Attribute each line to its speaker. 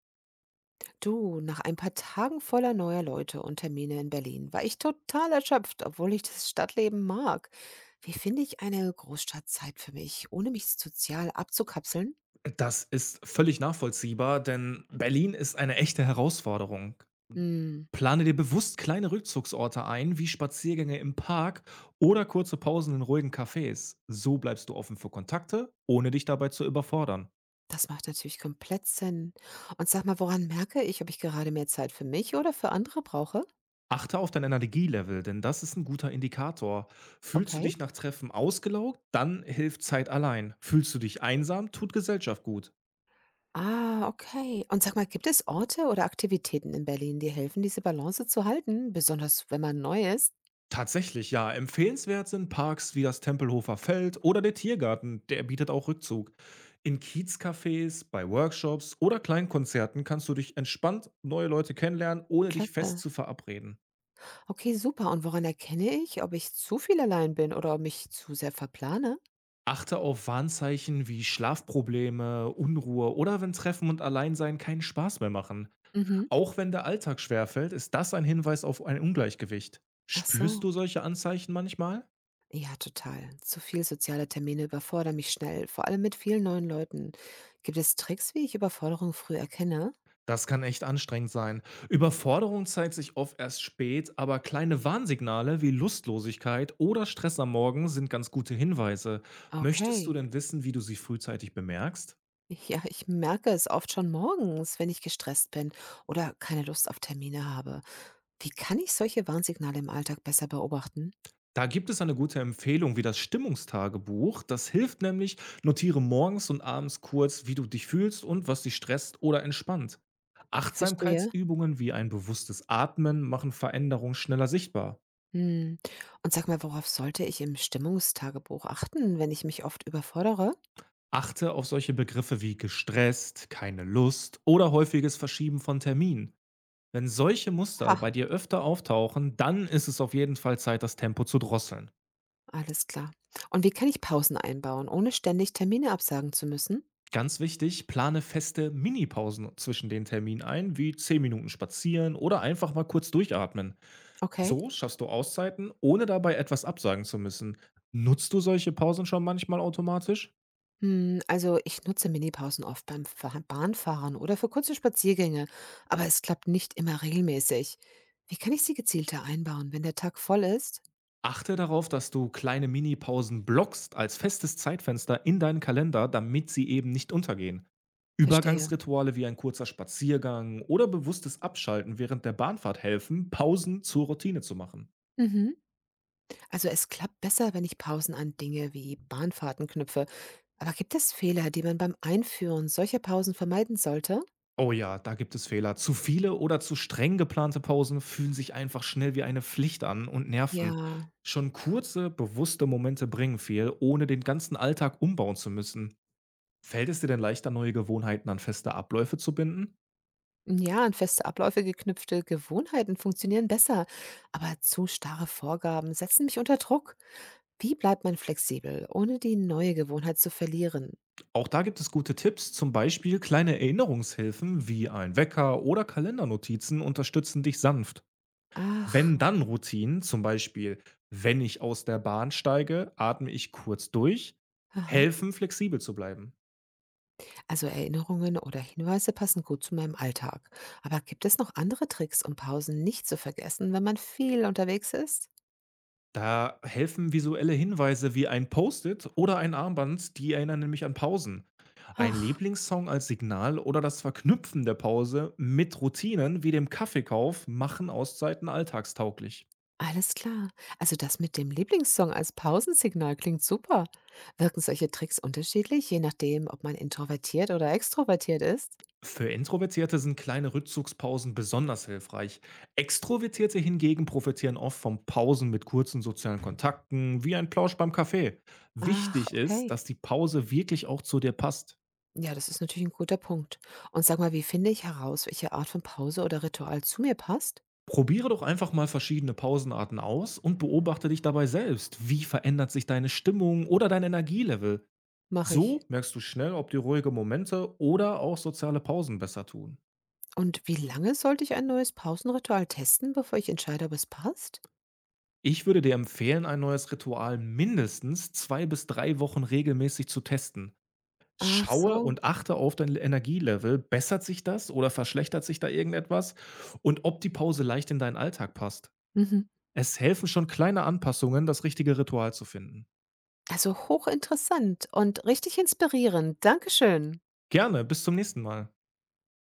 Speaker 1: Du, nach ein paar Tagen voller neuer Leute und Termine in Berlin war ich total erschöpft, obwohl ich das Stadtleben mag. Wie finde ich eine Großstadtzeit für mich, ohne mich sozial abzukapseln?
Speaker 2: Das ist völlig nachvollziehbar, denn Berlin ist eine echte Herausforderung.
Speaker 1: Hm,
Speaker 2: Plane dir bewusst kleine Rückzugsorte ein, wie Spaziergänge im Park oder kurze Pausen in ruhigen Cafés. So bleibst du offen für Kontakte, ohne dich dabei zu überfordern.
Speaker 1: das macht natürlich komplett Sinn. Und sag mal, woran merke ich, ob ich gerade mehr Zeit für mich oder für andere brauche?
Speaker 2: Achte auf dein Energielevel, denn das ist ein guter Indikator. Fühlst du
Speaker 1: Okay.
Speaker 2: dich nach Treffen ausgelaugt, dann hilft Zeit allein. Fühlst du dich einsam, tut Gesellschaft gut.
Speaker 1: Ah, okay. Und sag mal, gibt es Orte oder Aktivitäten in Berlin, die helfen, diese Balance zu halten, besonders wenn man neu ist?
Speaker 2: Tatsächlich, ja. Empfehlenswert sind Parks wie das Tempelhofer Feld oder der Tiergarten, der bietet auch Rückzug. In Kiezcafés, bei Workshops oder kleinen Konzerten kannst du dich entspannt neue Leute kennenlernen, ohne dich fest
Speaker 1: Klasse.
Speaker 2: zu verabreden.
Speaker 1: Okay, super. Und woran erkenne ich, ob ich zu viel allein bin oder mich zu sehr verplane?
Speaker 2: Achte auf Warnzeichen wie Schlafprobleme, Unruhe oder wenn Treffen und Alleinsein keinen Spaß mehr machen.
Speaker 1: Mhm.
Speaker 2: Auch wenn der Alltag schwerfällt, ist das ein Hinweis auf ein Ungleichgewicht.
Speaker 1: Ach
Speaker 2: Spürst
Speaker 1: so.
Speaker 2: du solche Anzeichen manchmal?
Speaker 1: Ja, total. Zu viel soziale Termine überfordern mich schnell, vor allem mit vielen neuen Leuten. Gibt es Tricks, wie ich Überforderung früh erkenne?
Speaker 2: Das kann echt anstrengend sein. Überforderung zeigt sich oft erst spät, aber kleine Warnsignale wie Lustlosigkeit oder Stress am Morgen sind ganz gute Hinweise. Möchtest du
Speaker 1: Okay.
Speaker 2: denn wissen, wie du sie frühzeitig bemerkst?
Speaker 1: Ja, ich merke es oft schon morgens, wenn ich gestresst bin oder keine Lust auf Termine habe. Wie kann ich solche Warnsignale im Alltag besser beobachten?
Speaker 2: Da gibt es eine gute Empfehlung wie das Stimmungstagebuch. Das hilft nämlich, notiere morgens und abends kurz, wie du dich fühlst und was dich stresst oder entspannt.
Speaker 1: Verstehe.
Speaker 2: Achtsamkeitsübungen wie ein bewusstes Atmen machen Veränderungen schneller sichtbar.
Speaker 1: Hm. Und sag mal, worauf sollte ich im Stimmungstagebuch achten, wenn ich mich oft überfordere?
Speaker 2: Achte auf solche Begriffe wie gestresst, keine Lust oder häufiges Verschieben von Terminen. Wenn solche Muster bei
Speaker 1: Ha,
Speaker 2: dir öfter auftauchen, dann ist es auf jeden Fall Zeit, das Tempo zu drosseln.
Speaker 1: alles klar. Und wie kann ich Pausen einbauen, ohne ständig Termine absagen zu müssen?
Speaker 2: Ganz wichtig, plane feste Minipausen zwischen den Terminen ein, wie 10 Minuten spazieren oder einfach mal kurz durchatmen.
Speaker 1: Okay.
Speaker 2: So schaffst du Auszeiten, ohne dabei etwas absagen zu müssen. Nutzt du solche Pausen schon manchmal automatisch?
Speaker 1: Hm, also ich nutze Minipausen oft beim Bahnfahren oder für kurze Spaziergänge, aber es klappt nicht immer regelmäßig. Wie kann ich sie gezielter einbauen, wenn der Tag voll ist?
Speaker 2: Achte darauf, dass du kleine Minipausen blockst als festes Zeitfenster in deinen Kalender, damit sie eben nicht untergehen.
Speaker 1: Verstehe.
Speaker 2: Übergangsrituale wie ein kurzer Spaziergang oder bewusstes Abschalten während der Bahnfahrt helfen, Pausen zur Routine zu machen.
Speaker 1: Mhm. Also es klappt besser, wenn ich Pausen an Dinge wie Bahnfahrten knüpfe. Aber gibt es Fehler, die man beim Einführen solcher Pausen vermeiden sollte?
Speaker 2: Oh ja, da gibt es Fehler. Zu viele oder zu streng geplante Pausen fühlen sich einfach schnell wie eine Pflicht an und
Speaker 1: Ja,
Speaker 2: nerven. Schon kurze, bewusste Momente bringen viel, ohne den ganzen Alltag umbauen zu müssen. Fällt es dir denn leichter, neue Gewohnheiten an feste Abläufe zu binden?
Speaker 1: ja, an feste Abläufe geknüpfte Gewohnheiten funktionieren besser, aber zu starre Vorgaben setzen mich unter Druck. Wie bleibt man flexibel, ohne die neue Gewohnheit zu verlieren?
Speaker 2: Auch da gibt es gute Tipps, zum Beispiel kleine Erinnerungshilfen wie ein Wecker oder Kalendernotizen unterstützen dich sanft. Wenn
Speaker 1: Ach,
Speaker 2: dann Routinen, zum Beispiel, wenn ich aus der Bahn steige, atme ich kurz durch,
Speaker 1: aha.
Speaker 2: helfen flexibel zu bleiben.
Speaker 1: Also Erinnerungen oder Hinweise passen gut zu meinem Alltag. Aber gibt es noch andere Tricks, um Pausen nicht zu vergessen, wenn man viel unterwegs ist?
Speaker 2: Da helfen visuelle Hinweise wie ein Post-it oder ein Armband, die erinnern nämlich an Pausen. Ein
Speaker 1: Ach.
Speaker 2: Lieblingssong als Signal oder das Verknüpfen der Pause mit Routinen wie dem Kaffeekauf machen Auszeiten alltagstauglich.
Speaker 1: Alles klar. Also das mit dem Lieblingssong als Pausensignal klingt super. Wirken solche Tricks unterschiedlich, je nachdem, ob man introvertiert oder extrovertiert ist?
Speaker 2: Für Introvertierte sind kleine Rückzugspausen besonders hilfreich. Extrovertierte hingegen profitieren oft von Pausen mit kurzen sozialen Kontakten, wie ein Plausch beim Kaffee.
Speaker 1: Ach,
Speaker 2: Wichtig ist,
Speaker 1: okay.
Speaker 2: dass die Pause wirklich auch zu dir passt.
Speaker 1: Ja, das ist natürlich ein guter Punkt. Und sag mal, wie finde ich heraus, welche Art von Pause oder Ritual zu mir passt?
Speaker 2: Probiere doch einfach mal verschiedene Pausenarten aus und beobachte dich dabei selbst. Wie verändert sich deine Stimmung oder dein Energielevel?
Speaker 1: Mache ich.
Speaker 2: So merkst du schnell, ob dir ruhige Momente oder auch soziale Pausen besser tun.
Speaker 1: Und wie lange sollte ich ein neues Pausenritual testen, bevor ich entscheide, ob es passt?
Speaker 2: Ich würde dir empfehlen, ein neues Ritual mindestens 2 bis 3 Wochen regelmäßig zu testen.
Speaker 1: Ach
Speaker 2: Schaue
Speaker 1: so.
Speaker 2: und achte auf dein Energielevel. Bessert sich das oder verschlechtert sich da irgendetwas? Und ob die Pause leicht in deinen Alltag passt.
Speaker 1: Mhm.
Speaker 2: Es helfen schon kleine Anpassungen, das richtige Ritual zu finden.
Speaker 1: Also hochinteressant und richtig inspirierend. Dankeschön.
Speaker 2: Gerne, bis zum nächsten Mal.